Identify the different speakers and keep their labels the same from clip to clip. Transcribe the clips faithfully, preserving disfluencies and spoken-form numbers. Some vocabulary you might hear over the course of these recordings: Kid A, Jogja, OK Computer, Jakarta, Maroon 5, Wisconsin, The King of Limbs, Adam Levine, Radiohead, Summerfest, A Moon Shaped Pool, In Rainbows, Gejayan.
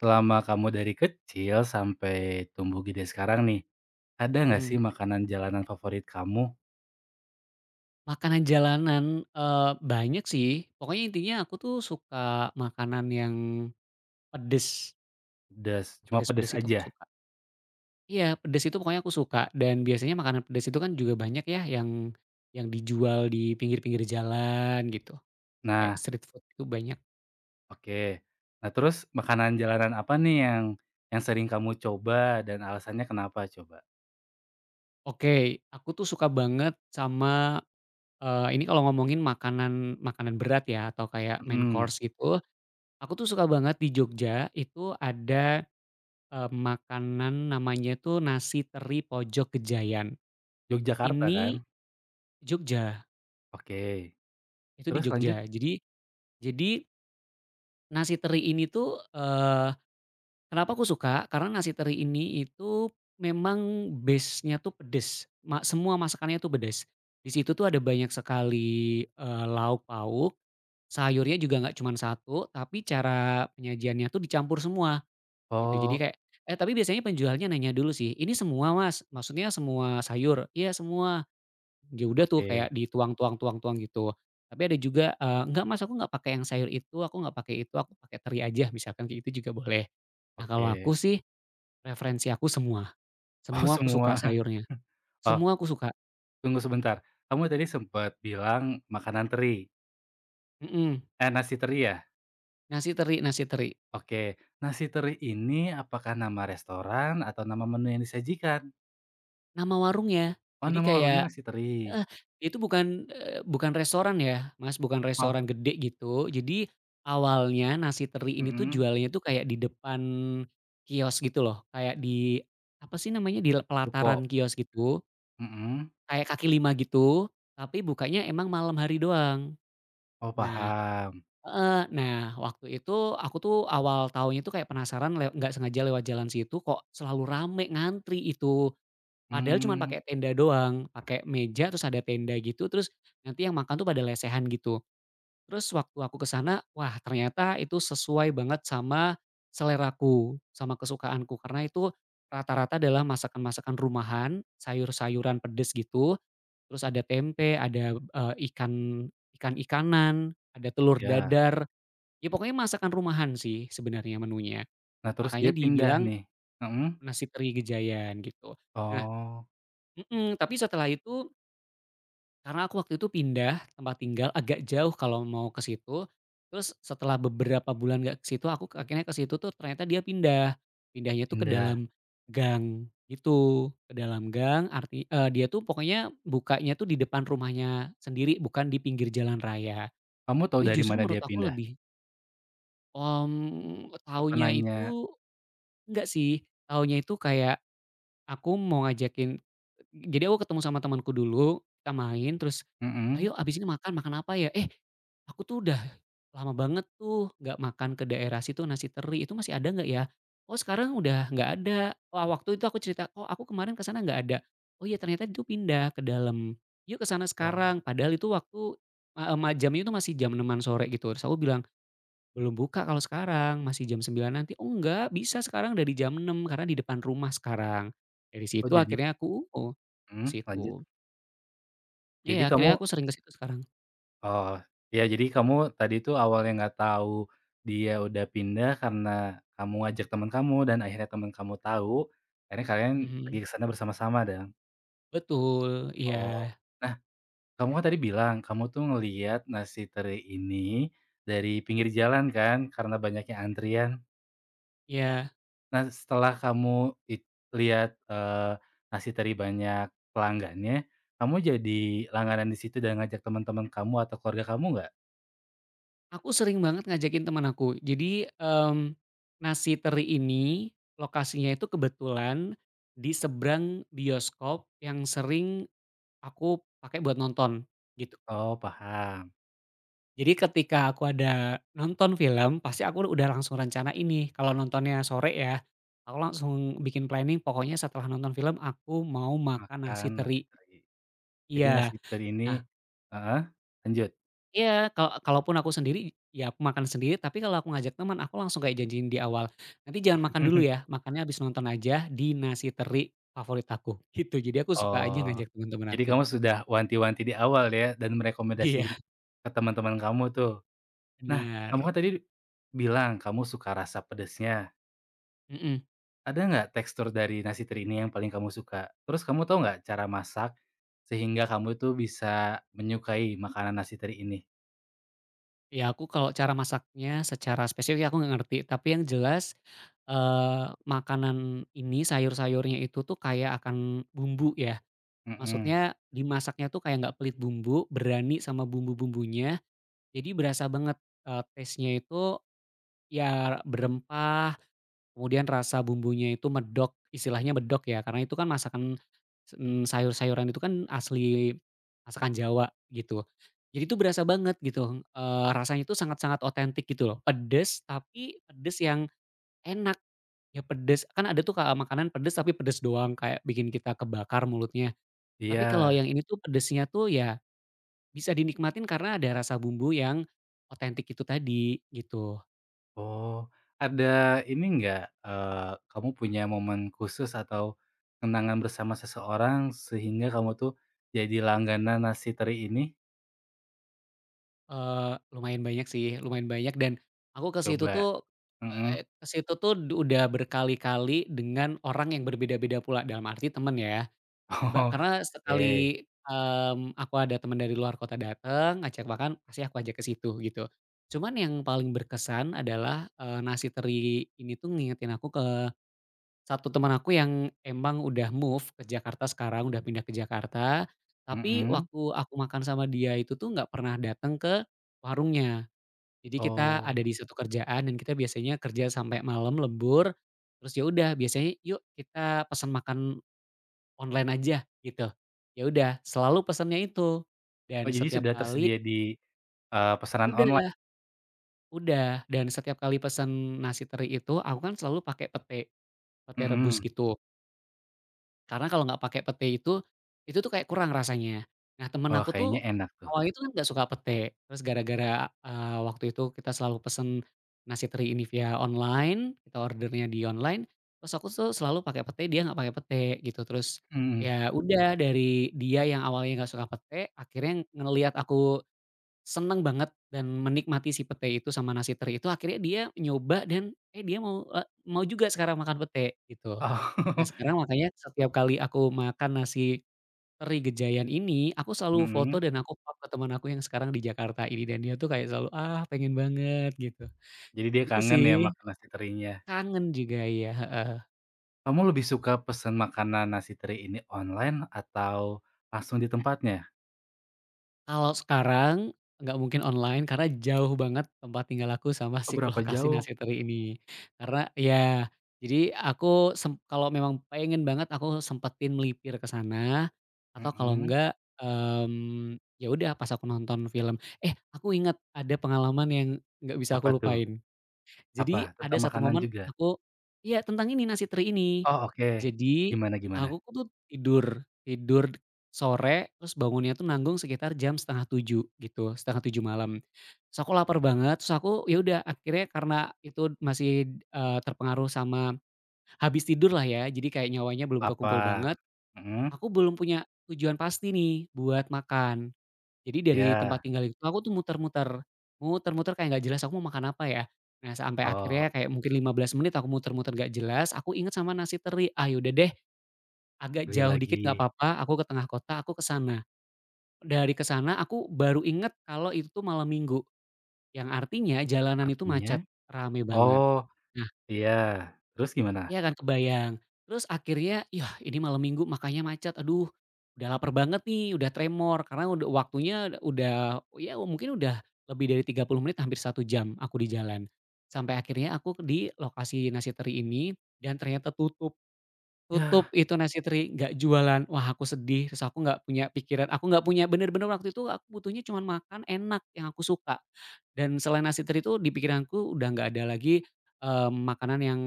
Speaker 1: Selama kamu dari kecil sampai tumbuh gede sekarang nih, ada nggak
Speaker 2: Mmm,
Speaker 1: sih makanan jalanan favorit kamu?
Speaker 2: Makanan jalanan, eee, banyak sih. Pokoknya intinya aku tuh suka makanan yang pedes,
Speaker 1: Pedes, cuma pedes
Speaker 2: pedes-pedes itu aku
Speaker 1: aja?
Speaker 2: suka. Iya, pedes itu pokoknya aku suka dan biasanya makanan pedes itu kan juga banyak ya yang yang dijual di pinggir-pinggir jalan gitu, kayak
Speaker 1: Nah,
Speaker 2: street food itu banyak.
Speaker 1: oke. Nah, terus makanan jalanan apa nih yang yang sering kamu coba dan alasannya kenapa coba?
Speaker 2: Oke, aku tuh suka banget sama, eee, ini kalau ngomongin makanan makanan berat ya atau kayak main
Speaker 1: Mhm.
Speaker 2: course gitu, aku tuh suka banget di Jogja itu ada, Eee, makanan namanya itu nasi teri pojok Gejayan.
Speaker 1: Yogyakarta
Speaker 2: Ini
Speaker 1: kan?
Speaker 2: Jogja,
Speaker 1: Oke,
Speaker 2: itu di
Speaker 1: terus lanjut?
Speaker 2: Jogja. Jadi jadi nasi teri ini tuh, eee, kenapa aku suka, karena nasi teri ini itu memang base-nya tuh pedes, ma semua masakannya tuh pedes. Di situ tuh ada banyak sekali, eee, lauk pauk, sayurnya juga nggak cuman satu tapi cara penyajiannya tuh dicampur semua. Gitu, jadi
Speaker 1: Oh,
Speaker 2: kayak, eh, tapi biasanya penjualnya nanya dulu sih, "Ini semua, Mas? Maksudnya semua sayur?" "Iya, semua." Ya udah tuh
Speaker 1: oke
Speaker 2: kayak dituang tuang tuang tuang gitu. Tapi ada juga, eee, "Enggak, Mas, aku nggak pakai yang sayur itu, aku nggak pakai itu, aku pakai teri aja." Misalkan kayak gitu juga boleh. Nah, kalau aku
Speaker 1: oke.
Speaker 2: sih referensi aku semua,
Speaker 1: Oh,
Speaker 2: semua aku suka
Speaker 1: semua.
Speaker 2: sayurnya,
Speaker 1: Oh,
Speaker 2: semua aku suka,
Speaker 1: tunggu sebentar, kamu tadi sempat bilang makanan teri,
Speaker 2: mhm,
Speaker 1: eh, nasi teri ya?
Speaker 2: nasi teri nasi teri.
Speaker 1: Oke, nasi teri ini apakah nama restoran atau nama menu yang disajikan?
Speaker 2: Nama warungnya.
Speaker 1: Oh,
Speaker 2: Jadi
Speaker 1: nama warungnya
Speaker 2: kayak,
Speaker 1: nasi teri.
Speaker 2: heeh, itu bukan, eee, bukan restoran ya, Mas, bukan
Speaker 1: Oh,
Speaker 2: restoran gede gitu. Jadi awalnya nasi teri ini tuh
Speaker 1: mhm.
Speaker 2: jualnya tuh kayak di depan kios gitu loh, kayak di apa sih namanya, di le
Speaker 1: Ruko,
Speaker 2: pelataran kios gitu,
Speaker 1: mhm.
Speaker 2: kayak kaki lima gitu, tapi bukanya emang malam hari doang.
Speaker 1: Oh,
Speaker 2: Nah,
Speaker 1: paham.
Speaker 2: heeh, nah waktu itu aku tuh awal tahunnya tuh kayak penasaran lew nggak sengaja lewat jalan situ kok selalu rame ngantri itu. Padahal cuma
Speaker 1: Mmm,
Speaker 2: pakai tenda doang, pakai meja terus ada tenda gitu, terus nanti yang makan tuh pada lesehan gitu. Terus waktu aku ke sana, wah ternyata itu sesuai banget sama seleraku, sama kesukaanku karena itu rata-rata adalah masakan-masakan rumahan, sayur-sayuran pedes gitu, terus ada tempe, ada, eee, ikan ikan-ikanan, ada telur
Speaker 1: ya.
Speaker 2: dadar, ya pokoknya masakan rumahan sih sebenarnya menunya.
Speaker 1: Nah, terus dia
Speaker 2: Makanya
Speaker 1: pindah
Speaker 2: dibilang
Speaker 1: nih, mhm?
Speaker 2: nasi teri Gejayan gitu. Nah,
Speaker 1: Oh,
Speaker 2: mhm, tapi setelah itu, karena aku waktu itu pindah tempat tinggal agak jauh kalau mau ke situ, terus setelah beberapa bulan nggak ke situ aku ke- akhirnya ke situ tuh ternyata dia pindah. Pindahnya tuh ke
Speaker 1: pindah.
Speaker 2: dalam gang gitu, ke dalam gang arti eee, dia tuh pokoknya bukanya tuh di depan rumahnya sendiri bukan di pinggir jalan raya.
Speaker 1: Kamu tahu
Speaker 2: Tapi
Speaker 1: dari
Speaker 2: justru
Speaker 1: mana
Speaker 2: menurut
Speaker 1: dia
Speaker 2: aku
Speaker 1: pindah?
Speaker 2: lebih, om
Speaker 1: Apa,
Speaker 2: taunya
Speaker 1: nanya,
Speaker 2: itu enggak sih, taunya itu kayak, Aku mau ngajakin jadi aku ketemu sama temanku dulu, kita main terus,
Speaker 1: mhm?
Speaker 2: "Ayo abis ini makan, makan apa ya?" Eh, aku tuh udah lama banget tuh nggak makan ke daerah situ nasi teri, itu masih ada nggak ya? Oh sekarang udah nggak ada. Wah waktu itu aku cerita, "Oh aku kemarin ke sana nggak ada." "Oh iya ternyata itu pindah ke dalam. Yuk ke sana
Speaker 1: Oh,
Speaker 2: sekarang." Padahal itu waktu, eee, ma jamnya itu masih jam enam sore gitu. Terus aku bilang belum buka kalau sekarang, masih jam sembilan nanti. "Oh enggak, bisa sekarang dari jam enam karena di depan rumah sekarang." Dari
Speaker 1: oh,
Speaker 2: situ
Speaker 1: jadi
Speaker 2: akhirnya aku, oh, ke
Speaker 1: mhm, lanjut.
Speaker 2: situ. Iya,
Speaker 1: Jadi
Speaker 2: akhirnya
Speaker 1: kamu,
Speaker 2: aku sering ke situ sekarang.
Speaker 1: oh, ya, jadi kamu tadi itu awalnya nggak tahu dia udah pindah karena kamu ngajak teman kamu dan akhirnya teman kamu tahu, akhirnya kalian
Speaker 2: Mhm.
Speaker 1: pergi ke sana bersama-sama dong?
Speaker 2: Betul, iya,
Speaker 1: Oh. Nah, kamu kan tadi bilang kamu tuh ngelihat nasi teri ini dari pinggir jalan kan karena banyaknya antrian.
Speaker 2: iya.
Speaker 1: Nah, setelah kamu it lihat, eee, nasi teri banyak pelanggannya, kamu jadi langganan di situ dan ngajak teman-teman kamu atau keluarga kamu nggak?
Speaker 2: Aku sering banget ngajakin teman aku. Jadi, mmm, nasi teri ini lokasinya itu kebetulan di seberang bioskop yang sering aku pakai buat nonton, gitu.
Speaker 1: Oh, paham.
Speaker 2: Jadi ketika aku ada nonton film, pasti aku udah langsung rencana ini, kalau nontonnya sore ya, aku langsung bikin planning pokoknya setelah nonton film aku mau makan nasi
Speaker 1: Makan
Speaker 2: teri.
Speaker 1: nasi teri. Jadi nasi
Speaker 2: Iya.
Speaker 1: teri ini
Speaker 2: Nah
Speaker 1: heeh, lanjut?
Speaker 2: iya, Kalau kalaupun aku sendiri, ya aku makan sendiri, tapi kalau aku ngajak teman aku langsung kayak janjiin di awal, "Nanti jangan makan dulu ya, makannya habis nonton aja di nasi teri favorit aku." Gitu, jadi aku suka aja
Speaker 1: Oh,
Speaker 2: ngajak teman-teman
Speaker 1: jadi
Speaker 2: aku.
Speaker 1: kamu sudah wanti-wanti di awal ya dan
Speaker 2: Iya,
Speaker 1: merekomendasikan ke teman-teman kamu tuh. Nah, kamu
Speaker 2: bener.
Speaker 1: kan tadi bilang kamu suka rasa pedesnya.
Speaker 2: Mhm.
Speaker 1: Ada nggak tekstur dari nasi teri ini yang paling kamu suka? Terus kamu tahu nggak cara masak sehingga kamu tuh bisa menyukai makanan nasi teri ini?
Speaker 2: Ya aku kalau cara masaknya secara spesifik aku nggak ngerti, tapi yang jelas, eee, makanan ini sayur-sayurnya itu tuh kayak akan bumbu ya,
Speaker 1: Mhm,
Speaker 2: maksudnya dimasaknya tuh kayak nggak pelit bumbu, berani sama bumbu-bumbunya, jadi berasa banget, eee, taste-nya itu ya berempah. Kemudian rasa bumbunya itu medok, istilahnya medok ya, karena itu kan masakan, mmm, sayur-sayuran itu kan asli masakan Jawa gitu. Jadi itu berasa banget gitu, eee, rasanya itu sangat-sangat otentik gitu loh. Pedes, tapi pedes yang enak, ya pedes kan ada tuh Kak, makanan pedes tapi pedes doang kayak bikin kita kebakar mulutnya. Tapi kalau
Speaker 1: iya.
Speaker 2: yang ini tuh pedesnya tuh ya bisa dinikmatin karena ada rasa bumbu yang otentik itu tadi, gitu.
Speaker 1: Oh, ada ini nggak, eee, kamu punya momen khusus atau kenangan bersama seseorang sehingga kamu tuh jadi langganan nasi teri ini?
Speaker 2: Eee, lumayan banyak sih, lumayan banyak dan aku ke situ
Speaker 1: Coba,
Speaker 2: tuh,
Speaker 1: mhm.
Speaker 2: eee, ke situ tuh du udah berkali-kali dengan orang yang berbeda-beda pula, dalam arti temen ya. Ba
Speaker 1: Oh,
Speaker 2: karena
Speaker 1: oke,
Speaker 2: sekali, mmm, aku ada temen dari luar kota dateng, ngajak makan, pasti aku ajak ke situ, gitu. Cuman yang paling berkesan adalah, eee, nasi teri ini tuh ngingetin aku ke satu teman aku yang emang udah move ke Jakarta sekarang, udah pindah ke Jakarta, tapi
Speaker 1: mhm.
Speaker 2: waktu aku makan sama dia itu tuh nggak pernah dateng ke warungnya. Jadi kita ada
Speaker 1: Oh,
Speaker 2: di satu kerjaan dan kita biasanya kerja sampai malam lembur, terus ya udah biasanya, "Yuk kita pesan makan online aja," gitu. Ya udah selalu pesannya itu, dan
Speaker 1: oh jadi
Speaker 2: setiap
Speaker 1: sudah
Speaker 2: kali
Speaker 1: tersedia di, eee, pesanan online?
Speaker 2: udah udah, dan setiap kali pesan nasi teri itu, aku kan selalu pakai pete, pete rebus
Speaker 1: Mhm.
Speaker 2: gitu. Karena kalau nggak pakai pete itu, itu tuh kayak kurang rasanya. Nah temen
Speaker 1: Wah,
Speaker 2: aku tuh,
Speaker 1: kayaknya enak tuh.
Speaker 2: awalnya itu kan nggak suka pete, terus gara-gara, eee, waktu itu kita selalu pesen nasi teri ini via online, kita ordernya di online, terus aku tuh selalu pakai pete, dia nggak pakai pete gitu. Terus,
Speaker 1: Mhm.
Speaker 2: ya udah dari dia yang awalnya nggak suka pete, akhirnya ngelihat aku seneng banget dan menikmati si pete itu sama nasi teri itu, akhirnya dia nyoba dan, eh, dia mau, eee, mau juga sekarang makan pete gitu. Nah,
Speaker 1: Oh,
Speaker 2: sekarang makanya setiap kali aku makan nasi teri Gejayan ini, aku selalu foto
Speaker 1: mhm.
Speaker 2: dan aku up ke teman aku yang sekarang di Jakarta ini dan dia tuh kayak selalu, "Ah, pengen banget," gitu.
Speaker 1: Jadi dia
Speaker 2: Itu
Speaker 1: kangen ya
Speaker 2: sih,
Speaker 1: makan nasi terinya.
Speaker 2: kangen juga, ya heeh.
Speaker 1: Kamu lebih suka pesen makanan nasi teri ini online atau langsung di tempatnya?
Speaker 2: Kalau sekarang nggak mungkin online karena jauh banget tempat tinggal aku sama
Speaker 1: Oh,
Speaker 2: si
Speaker 1: berapa
Speaker 2: lokasi
Speaker 1: jauh?
Speaker 2: nasi teri ini. Karena ya jadi aku sem kalau memang pengen banget aku sempetin melipir ke sana atau kalau
Speaker 1: Mhm,
Speaker 2: enggak, mmm, ya udah pas aku nonton film. Eh, aku ingat ada pengalaman yang nggak bisa aku
Speaker 1: apa tuh?
Speaker 2: lupain.
Speaker 1: Apa?
Speaker 2: Jadi ada
Speaker 1: Tentang
Speaker 2: satu
Speaker 1: makanan
Speaker 2: momen
Speaker 1: juga?
Speaker 2: aku, iya, tentang ini, nasi teri ini.
Speaker 1: Oh, oke.
Speaker 2: Jadi
Speaker 1: Gimana gimana?
Speaker 2: aku tuh tidur, tidur sore terus bangunnya tuh nanggung sekitar jam setengah tujuh gitu, setengah tujuh malam. Terus aku lapar banget, terus aku ya udah akhirnya karena itu masih, eee, terpengaruh sama habis tidur lah ya, jadi kayak nyawanya belum kekumpul
Speaker 1: Lapar,
Speaker 2: banget,
Speaker 1: mhm,
Speaker 2: aku belum punya tujuan pasti nih buat makan. Jadi dari tempat
Speaker 1: iya,
Speaker 2: tinggal itu aku tuh muter-muter, muter-muter kayak nggak jelas aku mau makan apa ya. Nah sampai akhirnya
Speaker 1: oh,
Speaker 2: kayak mungkin lima belas menit aku muter-muter nggak jelas, aku inget sama nasi teri, ah ya deh agak
Speaker 1: beli
Speaker 2: jauh dikit nggak
Speaker 1: lagi
Speaker 2: apa-apa aku ke tengah kota aku ke sana. Dari ke sana aku baru inget kalau itu tuh malam Minggu, yang artinya jalanan itu
Speaker 1: artinya?
Speaker 2: macet, rame banget.
Speaker 1: Oh, iya, terus gimana?
Speaker 2: Iya kan, kebayang. Terus akhirnya, "Yah, ini malam Minggu makanya macet. Aduh, udah lapar banget nih, udah tremor." Karena udah waktunya udah, ya mungkin udah lebih dari tiga puluh menit, hampir satu jam aku di jalan. Sampai akhirnya aku di lokasi nasi teri ini dan ternyata tutup.
Speaker 1: Yah,
Speaker 2: Tutup itu nasi teri, nggak jualan. Wah aku sedih, terus aku nggak punya pikiran aku nggak punya, bener-bener waktu itu aku butuhnya cuman makan enak yang aku suka. Dan selain nasi teri itu di pikiranku udah nggak ada lagi, eee, makanan yang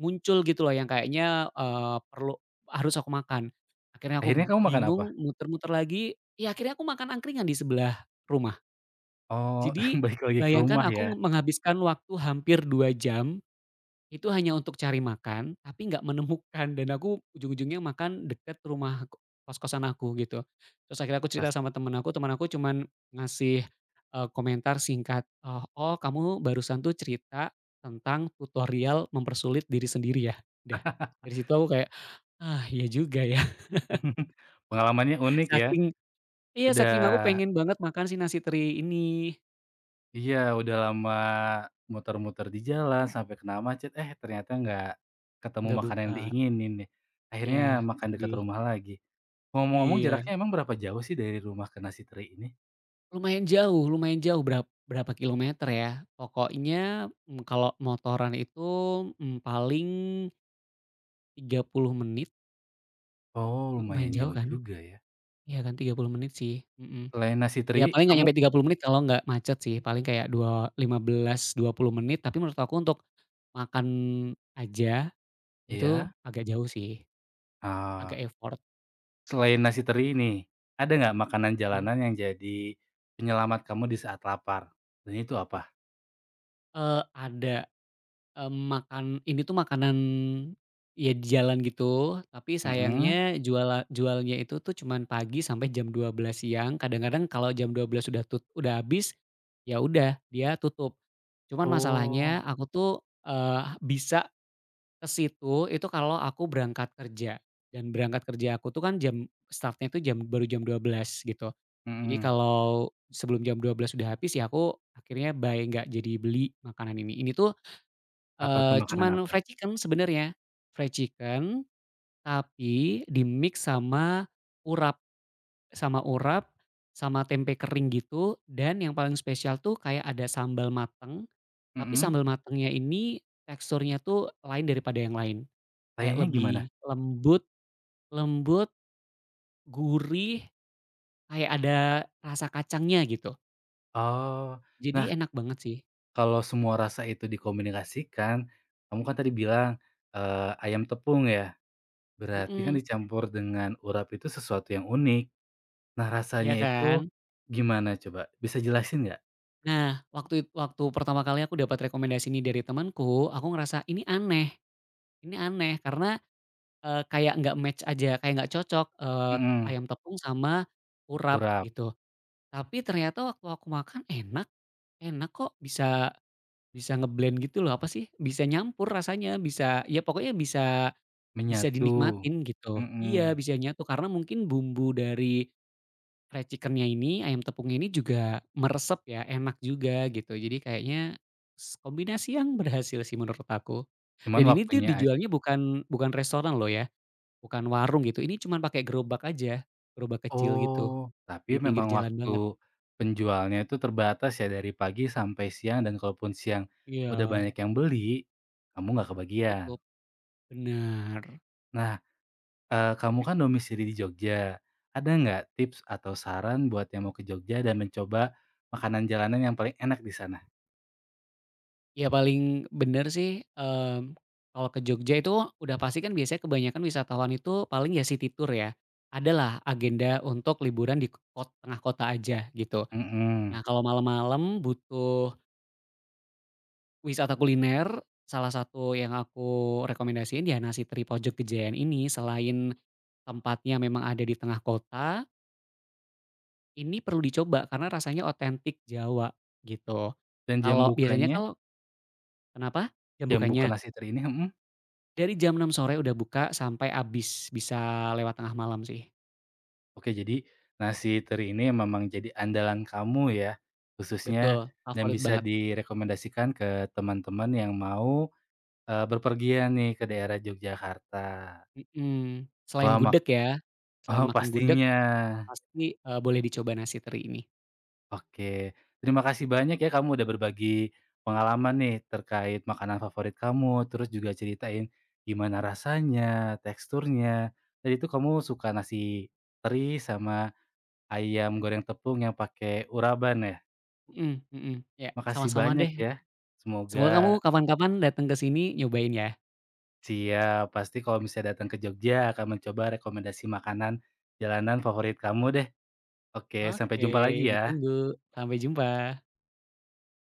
Speaker 2: muncul gitu loh yang kayaknya, eee, perlu harus aku makan. Akhirnya aku
Speaker 1: akhirnya kamu makan apa?
Speaker 2: bingung muter-muter lagi, ya akhirnya aku makan angkringan di sebelah rumah.
Speaker 1: Oh,
Speaker 2: Jadi
Speaker 1: balik lagi ke
Speaker 2: bayangkan
Speaker 1: rumah ya,
Speaker 2: aku menghabiskan waktu hampir dua jam itu hanya untuk cari makan, tapi nggak menemukan dan aku ujung-ujungnya makan deket rumah ko kos-kosan aku gitu. Terus akhirnya aku cerita
Speaker 1: pas
Speaker 2: sama temen aku, temen aku cuman ngasih, eee, komentar singkat, eee, "Oh kamu barusan tuh cerita tentang tutorial mempersulit diri sendiri ya?" Udah, dari situ aku kayak, "Ah iya juga ya."
Speaker 1: pengalamannya unik ya,
Speaker 2: Saking iya, saking aku
Speaker 1: udah.
Speaker 2: pengen banget makan si nasi teri ini,
Speaker 1: Iya, udah lama muter-muter di jalan sampai kena macet, eh ternyata nggak ketemu
Speaker 2: nggak
Speaker 1: makanan
Speaker 2: buka.
Speaker 1: yang diinginin nih. Akhirnya
Speaker 2: Ya
Speaker 1: makan dekat
Speaker 2: sedih.
Speaker 1: rumah lagi. Ngomong-ngomong
Speaker 2: Iya.
Speaker 1: jaraknya emang berapa jauh sih dari rumah ke nasi teri ini?
Speaker 2: Lumayan jauh, lumayan jauh, berapa berapa kilometer ya, pokoknya, mmm, kalau motoran itu, mmm, paling tiga puluh menit,
Speaker 1: Oh,
Speaker 2: lumayan
Speaker 1: lumayan
Speaker 2: jauh
Speaker 1: jauh
Speaker 2: kan?
Speaker 1: juga ya.
Speaker 2: Iya kan tiga puluh menit sih, mhm.
Speaker 1: Selain nasi teri,
Speaker 2: Ya paling nggak
Speaker 1: kamu
Speaker 2: nyampe tiga puluh menit kalau nggak macet sih, paling kayak dua lima belas dua puluh menit, tapi menurut aku untuk makan aja, itu
Speaker 1: iya?
Speaker 2: agak jauh sih, agak
Speaker 1: Ah,
Speaker 2: effort,
Speaker 1: selain nasi teri ini, ada nggak makanan
Speaker 2: mmm,
Speaker 1: jalanan yang jadi penyelamat kamu di saat lapar? Dan itu apa?
Speaker 2: eee, ada. Mmm, makan ini tuh makanan, ya di jalan gitu, tapi
Speaker 1: Mhm.
Speaker 2: sayangnya jual jualnya itu tuh cuman pagi sampai jam dua belas siang, kadang-kadang kalau jam dua belas sudah tut udah habis, ya udah dia tutup. Cuman
Speaker 1: Oh,
Speaker 2: masalahnya aku tuh, eee, bisa ke situ itu kalau aku berangkat kerja, dan berangkat kerja aku tuh kan jam start itu jam baru jam dua belas gitu. Jadi
Speaker 1: mhm.
Speaker 2: kalau sebelum jam dua belas sudah habis ya aku akhirnya buy, nggak jadi beli makanan ini. Ini tuh,
Speaker 1: Apa tuh,
Speaker 2: Eee,
Speaker 1: makanan
Speaker 2: cuman
Speaker 1: apa?
Speaker 2: fried chicken sebenarnya, fried chicken tapi di-mix sama urap sama urap, sama tempe kering gitu dan yang paling spesial tuh kayak ada sambal mateng, tapi
Speaker 1: Mhm,
Speaker 2: sambal matengnya ini teksturnya tuh lain daripada yang lain, kayak
Speaker 1: lainnya gimana?
Speaker 2: lebih lembut lembut, gurih, kayak ada rasa kacangnya gitu.
Speaker 1: Oh.
Speaker 2: Jadi
Speaker 1: Nah,
Speaker 2: enak banget sih.
Speaker 1: kalau semua rasa itu dikomunikasikan, kamu kan tadi bilang, eee, ayam tepung ya, berarti kan
Speaker 2: Mhm,
Speaker 1: dicampur dengan urap itu sesuatu yang unik. Nah,
Speaker 2: iya
Speaker 1: rasanya
Speaker 2: kan?
Speaker 1: itu gimana coba? Bisa jelasin nggak?
Speaker 2: Nah, waktu it waktu pertama kali aku dapat rekomendasi ini dari temanku, aku ngerasa ini aneh ini aneh karena, eee, kayak nggak match aja, kayak nggak cocok, eee,
Speaker 1: Mhm,
Speaker 2: ayam tepung sama urap
Speaker 1: urap,
Speaker 2: gitu. Tapi ternyata waktu aku makan enak enak kok, bisa bisa ngeblend gitu loh, apa sih, bisa nyampur rasanya, bisa ya pokoknya bisa bisa
Speaker 1: menyatu,
Speaker 2: dinikmatin gitu. Iya,
Speaker 1: mhm,
Speaker 2: bisa nyatu karena mungkin bumbu dari fried chicken ini, ayam tepungnya ini juga meresep ya, enak juga gitu. Jadi kayaknya s kombinasi yang berhasil sih menurut aku.
Speaker 1: cuman
Speaker 2: Dan ini tuh
Speaker 1: waktunya a,
Speaker 2: dijualnya bukan bukan restoran loh ya, bukan warung gitu, ini cuman pakai gerobak aja, gerobak kecil gitu,
Speaker 1: oh, tapi
Speaker 2: di pinggir
Speaker 1: memang
Speaker 2: jalan
Speaker 1: waktu
Speaker 2: banget.
Speaker 1: penjualnya itu terbatas ya, dari pagi sampai siang dan kalaupun siang udah
Speaker 2: Iya,
Speaker 1: banyak yang beli, kamu nggak kebagian.
Speaker 2: tutup, benar.
Speaker 1: Nah, Eee, kamu kan domisili di Jogja, ada nggak tips atau saran buat yang mau ke Jogja dan mencoba makanan jalanan yang paling enak di sana?
Speaker 2: Ya paling bener sih, mmm, kalau ke Jogja itu udah pasti kan biasanya kebanyakan wisatawan itu paling ya city tour ya. Adalah agenda untuk liburan di ko tengah kota aja gitu.
Speaker 1: Mhm,
Speaker 2: Nah, kalau malam-malam butuh wisata kuliner, salah satu yang aku rekomendasiin ya nasi teri pojok Gejayan ini, selain tempatnya memang ada di tengah kota, ini perlu dicoba karena rasanya otentik Jawa, gitu.
Speaker 1: dan jam
Speaker 2: Kalau biasanya
Speaker 1: bukanya
Speaker 2: kalau Kenapa? Jam
Speaker 1: jam buka
Speaker 2: bukanya?
Speaker 1: nasi teri ini mhm,
Speaker 2: Dari jam enam sore udah buka sampai habis, bisa lewat tengah malam sih.
Speaker 1: oke jadi nasi teri ini memang jadi andalan kamu ya, khususnya
Speaker 2: Betul,
Speaker 1: dan
Speaker 2: favorit
Speaker 1: bisa
Speaker 2: banget,
Speaker 1: direkomendasikan ke teman-teman yang mau, eee, bepergian nih ke daerah Yogyakarta.
Speaker 2: mhm. Selain
Speaker 1: Wah mak,
Speaker 2: gudeg ya, selain
Speaker 1: oh
Speaker 2: makan gudeg,
Speaker 1: pastinya.
Speaker 2: pasti, eee, boleh dicoba nasi teri ini.
Speaker 1: Oke, terima kasih banyak ya kamu udah berbagi pengalaman nih terkait makanan favorit kamu, terus juga ceritain gimana rasanya, teksturnya. Tadi itu kamu suka nasi teri sama ayam goreng tepung yang pakai uraban ya?
Speaker 2: Mhm, mhm, iya,
Speaker 1: Makasih
Speaker 2: sama-sama
Speaker 1: banyak
Speaker 2: deh.
Speaker 1: ya.
Speaker 2: Semoga kamu
Speaker 1: Semoga
Speaker 2: kapan-kapan datang ke sini nyobain ya.
Speaker 1: siap, pasti kalau misalnya datang ke Jogja akan mencoba rekomendasi makanan jalanan favorit kamu deh. Oke, sampai
Speaker 2: Oke,
Speaker 1: jumpa lagi ya.
Speaker 2: ditunggu. Sampai jumpa.